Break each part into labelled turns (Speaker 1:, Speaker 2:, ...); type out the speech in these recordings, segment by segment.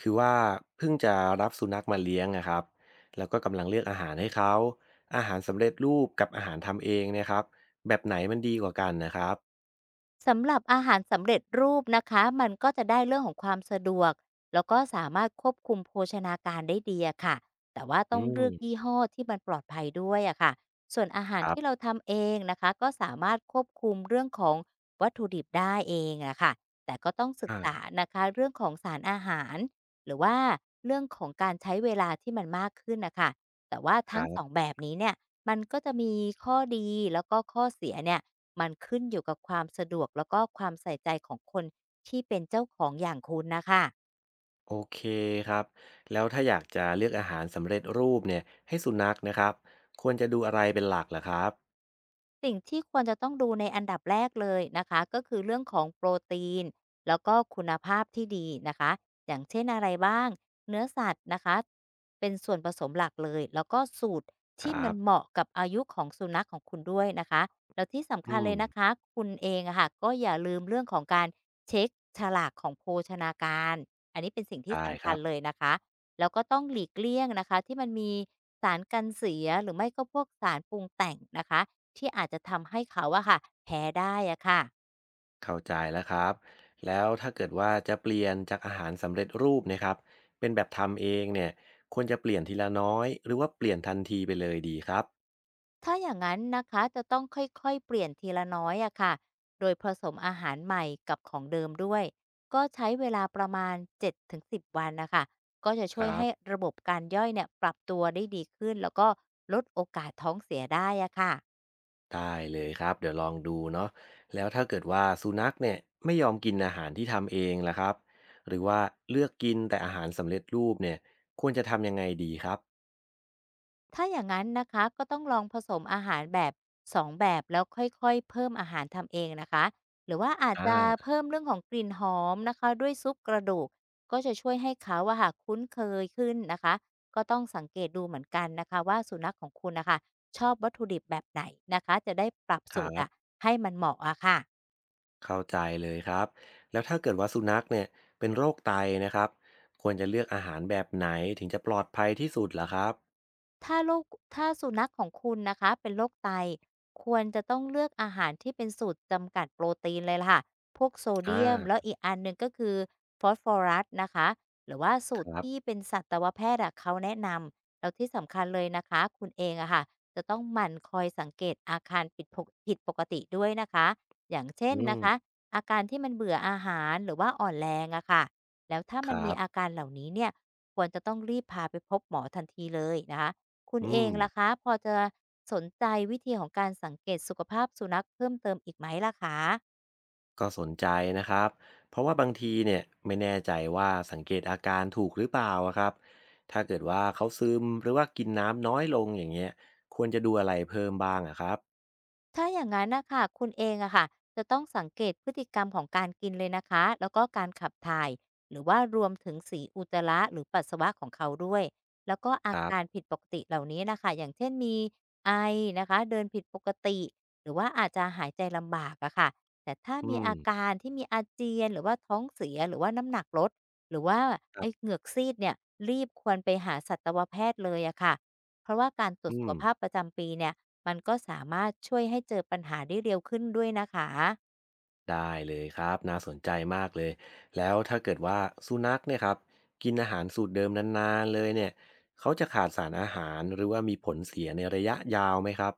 Speaker 1: คือว่าเพิ่งจะรับสุนัขมาเลี้ยงนะครับแล้วก็กำลังเลือกอาหารให้เขาอาหารสำเร็จรูปกับอาหารทำเองเนะครับแบบไหนมันดีกว่ากันนะครับ
Speaker 2: สำหรับอาหารสำเร็จรูปนะคะมันก็จะได้เรื่องของความสะดวกแล้วก็สามารถควบคุมโภชนาการได้ดีอะค่ะแต่ว่า
Speaker 1: อื
Speaker 2: ต้อง
Speaker 1: ม
Speaker 2: เลือกยี่ห้อที่มันปลอดภัยด้วยอะค่ะส่วนอา
Speaker 1: ค
Speaker 2: หาร
Speaker 1: รั
Speaker 2: ที่เรา
Speaker 1: บ
Speaker 2: ทำเองนะคะก็สามารถควบคุมเรื่องของวัตถุดิบได้เองอะค่ะแต่ก็ต้องศึก
Speaker 1: อ่า
Speaker 2: ษานะคะเรื่องของสารอาหารหรือว่าเรื่องของการใช้เวลาที่มันมากขึ้นนะคะแต่ว่า
Speaker 1: ค
Speaker 2: ทั้
Speaker 1: รั
Speaker 2: งสองแบ
Speaker 1: บ
Speaker 2: บนี้เนี่ยมันก็จะมีข้อดีแล้วก็ข้อเสียเนี่ย มันขึ้นอยู่กับความสะดวกแล้วก็ความใส่ใจของคนที่เป็นเจ้าของอย่างคุณนะคะ
Speaker 1: โอเคครับแล้วถ้าอยากจะเลือกอาหารสำเร็จรูปเนี่ยให้สุนัขนะครับควรจะดูอะไรเป็นหลักล่ะครับ
Speaker 2: สิ่งที่ควรจะต้องดูในอันดับแรกเลยนะคะก็คือเรื่องของโปรตีนแล้วก็คุณภาพที่ดีนะคะอย่างเช่นอะไรบ้างเนื้อสัตว์นะคะเป็นส่วนผสมหลักเลยแล้วก็สูตร
Speaker 1: ค
Speaker 2: ที่
Speaker 1: รั
Speaker 2: มั
Speaker 1: บ
Speaker 2: นเหมาะกับอายุของสุนัขของคุณด้วยนะคะแล้วที่สำ
Speaker 1: อื
Speaker 2: คัญ
Speaker 1: ม
Speaker 2: เลยนะคะคุณเองอะค่ะก็อย่าลืมเรื่องของการเช็คฉลากของโภชนาการอันนี้เป็นสิ่งที่
Speaker 1: ได้
Speaker 2: สำ
Speaker 1: ค
Speaker 2: คั
Speaker 1: รั
Speaker 2: ญ
Speaker 1: บ
Speaker 2: เลยนะคะแล้วก็ต้องหลีกเลี่ยงนะคะที่มันมีสารกันเสียหรือไม่ก็พวกสารปรุงแต่งนะคะ ที่อาจจะทำให้เขาอะค่ะแพ้ได้อะค่ะ
Speaker 1: เข้าใจแล้วครับแล้วถ้าเกิดว่าจะเปลี่ยนจากอาหารสำเร็จรูปเนะครับเป็นแบบทำเองเนี่ยควรจะเปลี่ยนทีละน้อยหรือว่าเปลี่ยนทันทีไปเลยดีครับ
Speaker 2: ถ้าอย่างนั้นนะคะจะต้องค่อยๆเปลี่ยนทีละน้อยอะค่ะโดยผสมอาหารใหม่กับของเดิมด้วยก็ใช้เวลาประมาณ7-10วันนะคะก็จะ
Speaker 1: ค
Speaker 2: ช่วย
Speaker 1: รับ
Speaker 2: ให้ระบบการย่อยเนี่ยปรับตัวได้ดีขึ้นแล้วก็ลดโอกาสท้องเสียได้อะค่ะ
Speaker 1: ได้เลยครับเดี๋ยวลองดูเนาะแล้วถ้าเกิดว่าสุนัขเนี่ยไม่ยอมกินอาหารที่ทำเองล่ะครับหรือว่าเลือกกินแต่อาหารสำเร็จรูปเนี่ยควรจะทำยังไงดีครับ
Speaker 2: ถ้าอย่างนั้นนะคะก็ต้องลองผสมอาหารแบบ2แบบแล้วค่อยๆเพิ่มอาหารทำเองนะคะหรือว่าอาจ
Speaker 1: อ่
Speaker 2: จะ
Speaker 1: า
Speaker 2: เพิ่มเรื่องของกลิ่นหอมนะคะด้วยซุปกระดูกก็จะช่วยให้เขาว่าค่กคุ้นเคยขึ้นนะคะก็ต้องสังเกตดูเหมือนกันนะคะว่าสุนัขของคุณนะคะชอบวัตถุดิบแบบไหนนะคะจะได้ปรับ
Speaker 1: ค
Speaker 2: สู
Speaker 1: รั
Speaker 2: ตรอะ
Speaker 1: บ
Speaker 2: ให้มันเหมาะอะค่ะ
Speaker 1: เข้าใจเลยครับแล้วถ้าเกิดว่าสุนัขเนี่ยเป็นโรคไตนะครับควรจะเลือกอาหารแบบไหนถึงจะปลอดภัยที่สุดเหรอครับ
Speaker 2: ถ้าโรคถ้าสุนัขของคุณนะคะเป็นโรคไตควรจะต้องเลือกอาหารที่เป็นสูตรจำกัดโปรตีนเลยล่ะค่ะพวกโซ
Speaker 1: อ่
Speaker 2: เดียมแล้ว
Speaker 1: า
Speaker 2: อีกอันหนึ่งก็คือฟอสฟอรัสนะคะหรือว่าสูตร
Speaker 1: ครั
Speaker 2: ที่
Speaker 1: บ
Speaker 2: เป็นสัตวแพทย์อะเขาแนะนำแล้วที่สำคัญเลยนะคะคุณเองอะค่ะจะต้องหมั่นคอยสังเกตอาการผิดปกติด้วยนะคะอย่างเช่
Speaker 1: อื
Speaker 2: น
Speaker 1: ม
Speaker 2: นะคะอาการที่มันเบื่ออาหารหรือว่าอ่อนแรงอะค่ะแล้วถ้า
Speaker 1: ค
Speaker 2: มัน
Speaker 1: รั
Speaker 2: มี
Speaker 1: บ
Speaker 2: อาการเหล่านี้เนี่ยควรจะต้องรีบพาไปพบหมอทันทีเลยนะคะ คุณ
Speaker 1: อื
Speaker 2: เอ
Speaker 1: ม
Speaker 2: งล่ะคะพอจะสนใจวิธีของการสังเกตสุขภาพสุนัขเพิ่มเติมอีกไหมล่ะคะ
Speaker 1: ก็สนใจนะครับเพราะว่าบางทีเนี่ยไม่แน่ใจว่าสังเกตอาการถูกหรือเปล่าอะครับถ้าเกิดว่าเขาซึมหรือว่ากินน้ำน้อยลงอย่างเงี้ยควรจะดูอะไรเพิ่มบ้างอะครับ
Speaker 2: ถ้าอย่างนั้นนะคะคุณเองอะค่ะจะต้องสังเกตพฤติกรรมของการกินเลยนะคะ แล้วก็การขับถ่ายหรือว่ารวมถึงสีอุจจาระหรือปัสสาวะของเขาด้วย แล้วก็
Speaker 1: ค
Speaker 2: อา
Speaker 1: รั
Speaker 2: การ
Speaker 1: บ
Speaker 2: ผิดปกติเหล่านี้นะคะ อย่างเช่นมีไอนะคะเดินผิดปกติ หรือว่าอาจจะหายใจลำบากอะค่ะแต่ถ้า
Speaker 1: อื
Speaker 2: มี
Speaker 1: ม
Speaker 2: อาการที่มีอาเจียนหรือว่าท้องเสียหรือว่าน้ำหนักลดหรือว่า
Speaker 1: ครั
Speaker 2: ไอเห
Speaker 1: บ
Speaker 2: งือกซีดเนี่ยรีบควรไปหาสัตวแพทย์เลยอะค่ะเพราะว่าการตรว
Speaker 1: อื
Speaker 2: จสุ
Speaker 1: ม
Speaker 2: ขภาพประจำปีเนี่ย มันก็สามารถช่วยให้เจอปัญหาได้เร็วขึ้นด้วยนะคะ
Speaker 1: ได้เลยครับน่าสนใจมากเลยแล้วถ้าเกิดว่าสุนัขเนี่ยครับกินอาหารสูตรเดิมนานๆเลยเนี่ยเขาจะขาดสารอาหารหรือว่ามีผลเสียในระยะยาวไหมครับ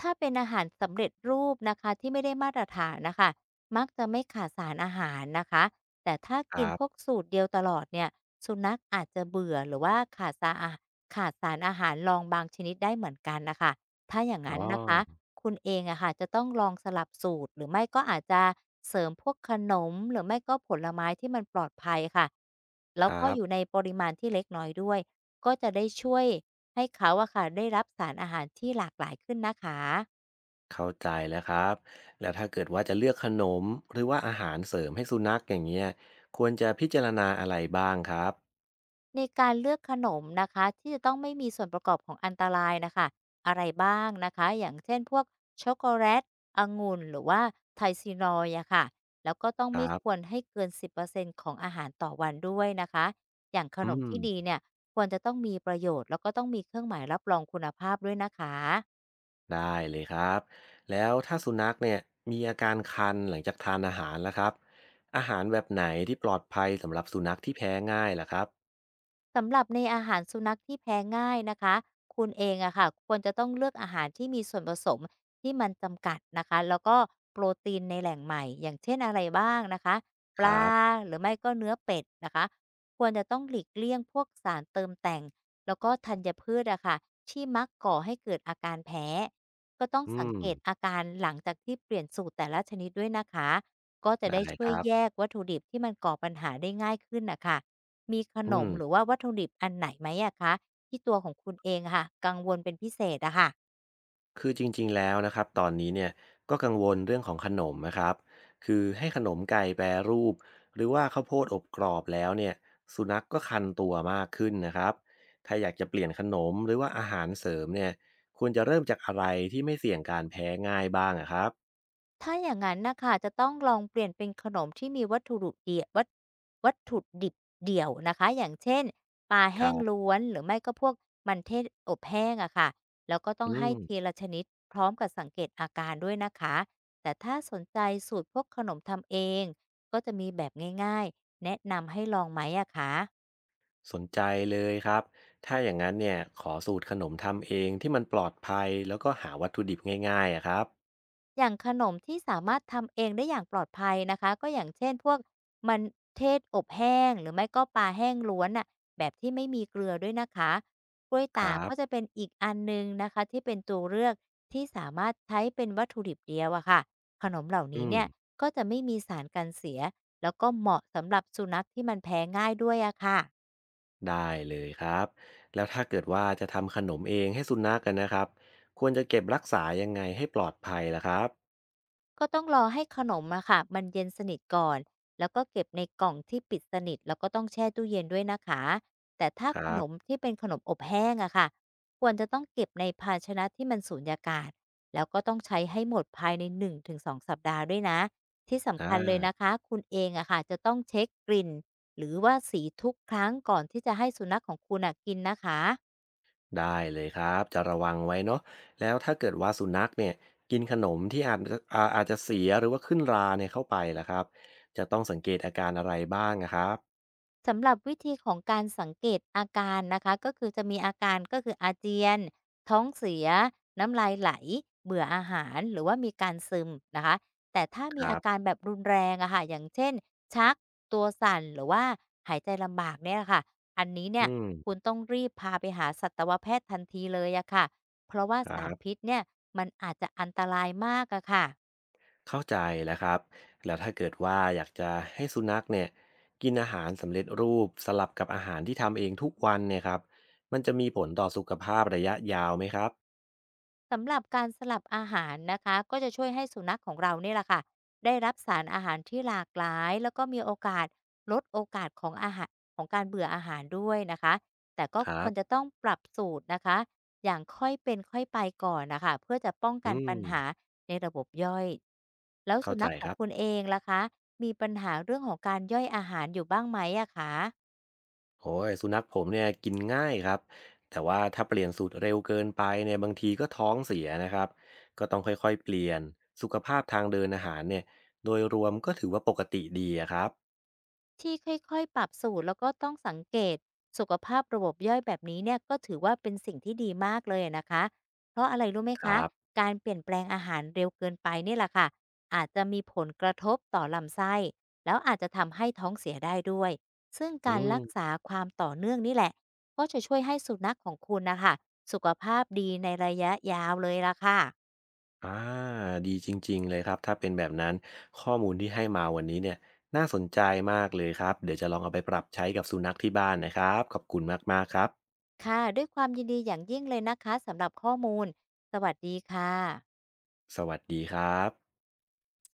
Speaker 2: ถ้าเป็นอาหารสำเร็จรูปนะคะที่ไม่ได้มาตรฐานนะคะมักจะไม่ขาดสารอาหารนะคะแต่ถ้า
Speaker 1: ค
Speaker 2: กิน
Speaker 1: รั
Speaker 2: พวก
Speaker 1: บ
Speaker 2: สูตรเดียวตลอดเนี่ยสุนัขอาจจะเบื่อหรือว่าขาดสารอาหารลองบางชนิดได้เหมือนกันนะคะถ้าอย่าง
Speaker 1: อ๋อ
Speaker 2: นั้นนะคะคุณเองอะค่ะจะต้องลองสลับสูตรหรือไม่ก็อาจจะเสริมพวกขนมหรือไม่ก็ผลไม้ที่มันปลอดภัยค่ะ
Speaker 1: ค
Speaker 2: แล้ว
Speaker 1: รั
Speaker 2: ก็อยู่
Speaker 1: บ
Speaker 2: ในปริมาณที่เล็กน้อยด้วยก็จะได้ช่วย ให้เขาอะค่ะได้รับสารอาหารที่หลากหลายขึ้นนะคะ
Speaker 1: เข้าใจแล้วครับแล้วถ้าเกิดว่าจะเลือกขนมหรือว่าอาหารเสริมให้สุนัขอย่างเงี้ยควรจะพิจารณาอะไรบ้างครับ
Speaker 2: ในการเลือกขนมนะคะที่จะต้องไม่มีส่วนประกอบของอันตรายนะคะอะไรบ้างนะคะอย่างเช่นพวกช็อกโกแลตองุ่นหรือว่าไทซีนอยอะค่ะแล้วก็ต้อง
Speaker 1: ค
Speaker 2: ไม่
Speaker 1: รั
Speaker 2: ควร
Speaker 1: บ
Speaker 2: ให้เกิน 10%ของอาหารต่อวันด้วยนะคะอย่างข
Speaker 1: อื
Speaker 2: นมที่ดี
Speaker 1: ม
Speaker 2: เนี่ยควรจะต้องมีประโยชน์แล้วก็ต้องมีเครื่องหมายรับรองคุณภาพด้วยนะคะ
Speaker 1: ได้เลยครับแล้วถ้าสุนัขเนี่ยมีอาการคันหลังจากทานอาหารล่ะครับอาหารแบบไหนที่ปลอดภัยสำหรับสุนัขที่แพ้ง่ายล่ะครับ
Speaker 2: สำหรับในอาหารสุนัขที่แพ้ง่ายนะคะคุณเองอะค่ะควรจะต้องเลือกอาหารที่มีส่วนผสมที่มันจำกัดนะคะแล้วก็โปรตีนในแหล่งใหม่ อย่างเช่นอะไรบ้างนะคะป
Speaker 1: ครั
Speaker 2: ลา
Speaker 1: บ
Speaker 2: หรือไม่ก็เนื้อเป็ดนะคะควรจะต้องหลีกเลี่ยงพวกสารเติมแต่ง แล้วก็ธัญพืชอะค่ะที่มักก่อให้เกิดอาการแพ้ ก็ต้อง
Speaker 1: อื
Speaker 2: สัง
Speaker 1: ม
Speaker 2: เกตอาการหลังจากที่เปลี่ยนสูตรแต่ละชนิดด้วยนะคะ ก็จะ
Speaker 1: ได้
Speaker 2: ได้ช่
Speaker 1: ค
Speaker 2: วย
Speaker 1: รับ
Speaker 2: แยกวัตถุดิบที่มันก่อปัญหาได้ง่ายขึ้นนะคะ มีขน
Speaker 1: อืม
Speaker 2: มหรือว่าวัตถุดิบอันไหนไหมอะคะที่ตัวของคุณเองอะค่ะกังวลเป็นพิเศษอะค่ะ
Speaker 1: คือจริงๆแล้วนะครับตอนนี้เนี่ยก็กังวลเรื่องของขนมนะครับคือให้ขนมไก่แปรรูปหรือว่าข้าวโพดอบกรอบแล้วเนี่ยสุนัขก็คันตัวมากขึ้นนะครับถ้าอยากจะเปลี่ยนขนมหรือว่าอาหารเสริมเนี่ยควรจะเริ่มจากอะไรที่ไม่เสี่ยงการแพ้ง่ายบ้างอะครับ
Speaker 2: ถ้าอย่างนั้นน่ะค่ะจะต้องลองเปลี่ยนเป็นขนมที่มีวัตถุดิบเดี่ยวนะคะอย่างเช่นปลา
Speaker 1: ค
Speaker 2: แห้
Speaker 1: รั
Speaker 2: ง
Speaker 1: บ
Speaker 2: ล้วนหรือไม่ก็พวกมันเทศอบแห้งอะค่ะแล้วก็ต้
Speaker 1: อื
Speaker 2: องให้
Speaker 1: ม
Speaker 2: ทีละชนิดพร้อมกับสังเกตอาการด้วยนะคะแต่ถ้าสนใจสูตรพวกขนมทำเองก็จะมีแบบง่ายๆแนะนำให้ลองไหมอะคะ
Speaker 1: สนใจเลยครับถ้าอย่างนั้นเนี่ยขอสูตรขนมทำเองที่มันปลอดภัย แล้วก็หาวัตถุดิบง่ายๆอะครับ
Speaker 2: อย่างขนมที่สามารถทำเองได้อย่างปลอดภัยนะคะก็อย่างเช่นพวกมันเทศอบแห้งหรือไม่ก็ปลาแห้งล้วนน่ะแบบที่ไม่มีเกลือด้วยนะคะกล้วย
Speaker 1: ค
Speaker 2: ตาก
Speaker 1: รับ
Speaker 2: ก็จะเป็นอีกอันหนึ่งนะคะที่เป็นตัวเลือกที่สามารถใช้เป็นวัตถุดิบเดียวอะค่ะขนมเหล่า
Speaker 1: อื
Speaker 2: นี้
Speaker 1: ม
Speaker 2: เนี่ยก็จะไม่มีสารกันเสียแล้วก็เหมาะสำหรับสุนัขที่มันแพ้ง่ายด้วยอะค่ะ
Speaker 1: ได้เลยครับแล้วถ้าเกิดว่าจะทำขนมเองให้สุนัขกันนะครับควรจะเก็บรักษายังไงให้ปลอดภัยล่ะครับ
Speaker 2: ก็ต้องรอให้ขนมอะค่ะมันเย็นสนิทก่อนแล้วก็เก็บในกล่องที่ปิดสนิทแล้วก็ต้องแช่ตู้เย็นด้วยนะคะแต่ถ้า
Speaker 1: ค
Speaker 2: ข
Speaker 1: รั
Speaker 2: น
Speaker 1: บ
Speaker 2: มที่เป็นขนมอบแห้งอะค่ะควรจะต้องเก็บในภาชนะที่มันสูญญากาศแล้วก็ต้องใช้ให้หมดภายในหนึงถึงสองสัปดาห์ด้วยนะที่
Speaker 1: อ่
Speaker 2: สำคัญเลยนะ
Speaker 1: า
Speaker 2: คะคุณเองอะค่ะจะต้องเช็คกลิ่นหรือว่าสีทุกครั้งก่อนที่จะให้สุนัขของคุณอะกินนะคะ
Speaker 1: ได้เลยครับจะระวังไว้เนาะแล้วถ้าเกิดว่าสุนัขเนี่ยกินขนมที่อาจจะเสียหรือว่าขึ้นราเนี่ยเข้าไปล่ะครับจะต้องสังเกตอาการอะไรบ้างอะครับ
Speaker 2: สำหรับวิธีของการสังเกตอาการนะคะก็คือจะมีอาการก็คืออาเจียนท้องเสียน้ำลายไหลเบื่ออาหารหรือว่ามีการซึมนะคะแต่ถ้า
Speaker 1: ค
Speaker 2: มี
Speaker 1: รั
Speaker 2: อาการ
Speaker 1: บ
Speaker 2: แบบรุนแรงอะค่ะอย่างเช่นชักตัวสั่นหรือว่าหายใจลำบากเนี่ยค่ะอันนี้เนี่ย
Speaker 1: อืม
Speaker 2: คุณต้องรีบพาไปหาสัตวแพทย์ทันทีเลยอะค่ะเพราะว่า
Speaker 1: ครั
Speaker 2: สาร
Speaker 1: บ
Speaker 2: พิษเนี่ยมันอาจจะอันตรายมากอะค่ะ
Speaker 1: เข้าใจแล้วครับแล้วถ้าเกิดว่าอยากจะให้สุนัขเนี่ยกินอาหารสำเร็จรูปสลับกับอาหารที่ทำเองทุกวันเนี่ยครับมันจะมีผลต่อสุขภาพระยะยาวไหมครับ
Speaker 2: สำหรับการสลับอาหารนะคะก็จะช่วยให้สุนัขของเราเนี่ยแหละค่ะได้รับสารอาหารที่หลากหลายแล้วก็มีโอกาสลดโอกาสของอาหารของการเบื่ออาหารด้วยนะคะแต่ก็
Speaker 1: ครั
Speaker 2: ควรจะ
Speaker 1: บ
Speaker 2: ต้องปรับสูตรนะคะอย่างค่อยเป็นค่อยไปก่อนนะคะเพื่อจะป้อง
Speaker 1: อื
Speaker 2: กันปั
Speaker 1: ม
Speaker 2: ญหาในระบบย่อยแล้ว
Speaker 1: เข้า
Speaker 2: สุ
Speaker 1: ใจ
Speaker 2: นัขข
Speaker 1: ค
Speaker 2: อง
Speaker 1: รับ
Speaker 2: คุณเองล่ะคะมีปัญหาเรื่องของการย่อยอาหารอยู่บ้างไหมอะคะ
Speaker 1: โอ้ยสุนัขผมเนี่ยกินง่ายครับแต่ว่าถ้าเปลี่ยนสูตรเร็วเกินไปเนี่ยบางทีก็ท้องเสียนะครับก็ต้องค่อยๆเปลี่ยนสุขภาพทางเดินอาหารเนี่ยโดยรวมก็ถือว่าปกติดีอะครับ
Speaker 2: ที่ค่อยๆ ปรับสูตรแล้วก็ต้องสังเกตสุขภาพระบบย่อยแบบนี้เนี่ยก็ถือว่าเป็นสิ่งที่ดีมากเลยอะนะคะเพราะอะไรรู้ไหม
Speaker 1: ค
Speaker 2: คะ
Speaker 1: รับ
Speaker 2: การเปลี่ยนแปลงอาหารเร็วเกินไปนี่แหละค่ะอาจจะมีผลกระทบต่อลำไส้แล้วอาจจะทำให้ท้องเสียได้ด้วยซึ่ง
Speaker 1: อื
Speaker 2: การ
Speaker 1: ม
Speaker 2: รักษาความต่อเนื่องนี่แหละก็จะช่วยให้สุนัขของคุณนะคะสุขภาพดีในระยะยาวเลยล่ะค่ะ
Speaker 1: อาดีจริงๆเลยครับถ้าเป็นแบบนั้นข้อมูลที่ให้มาวันนี้เนี่ยน่าสนใจมากเลยครับเดี๋ยวจะลองเอาไปปรับใช้กับสุนัขที่บ้านนะครับขอบคุณมากๆครับ
Speaker 2: ค่ะด้วยความยินดีอย่างยิ่งเลยนะคะสำหรับข้อมูลสวัสดีค่ะ
Speaker 1: สวัสดีครับ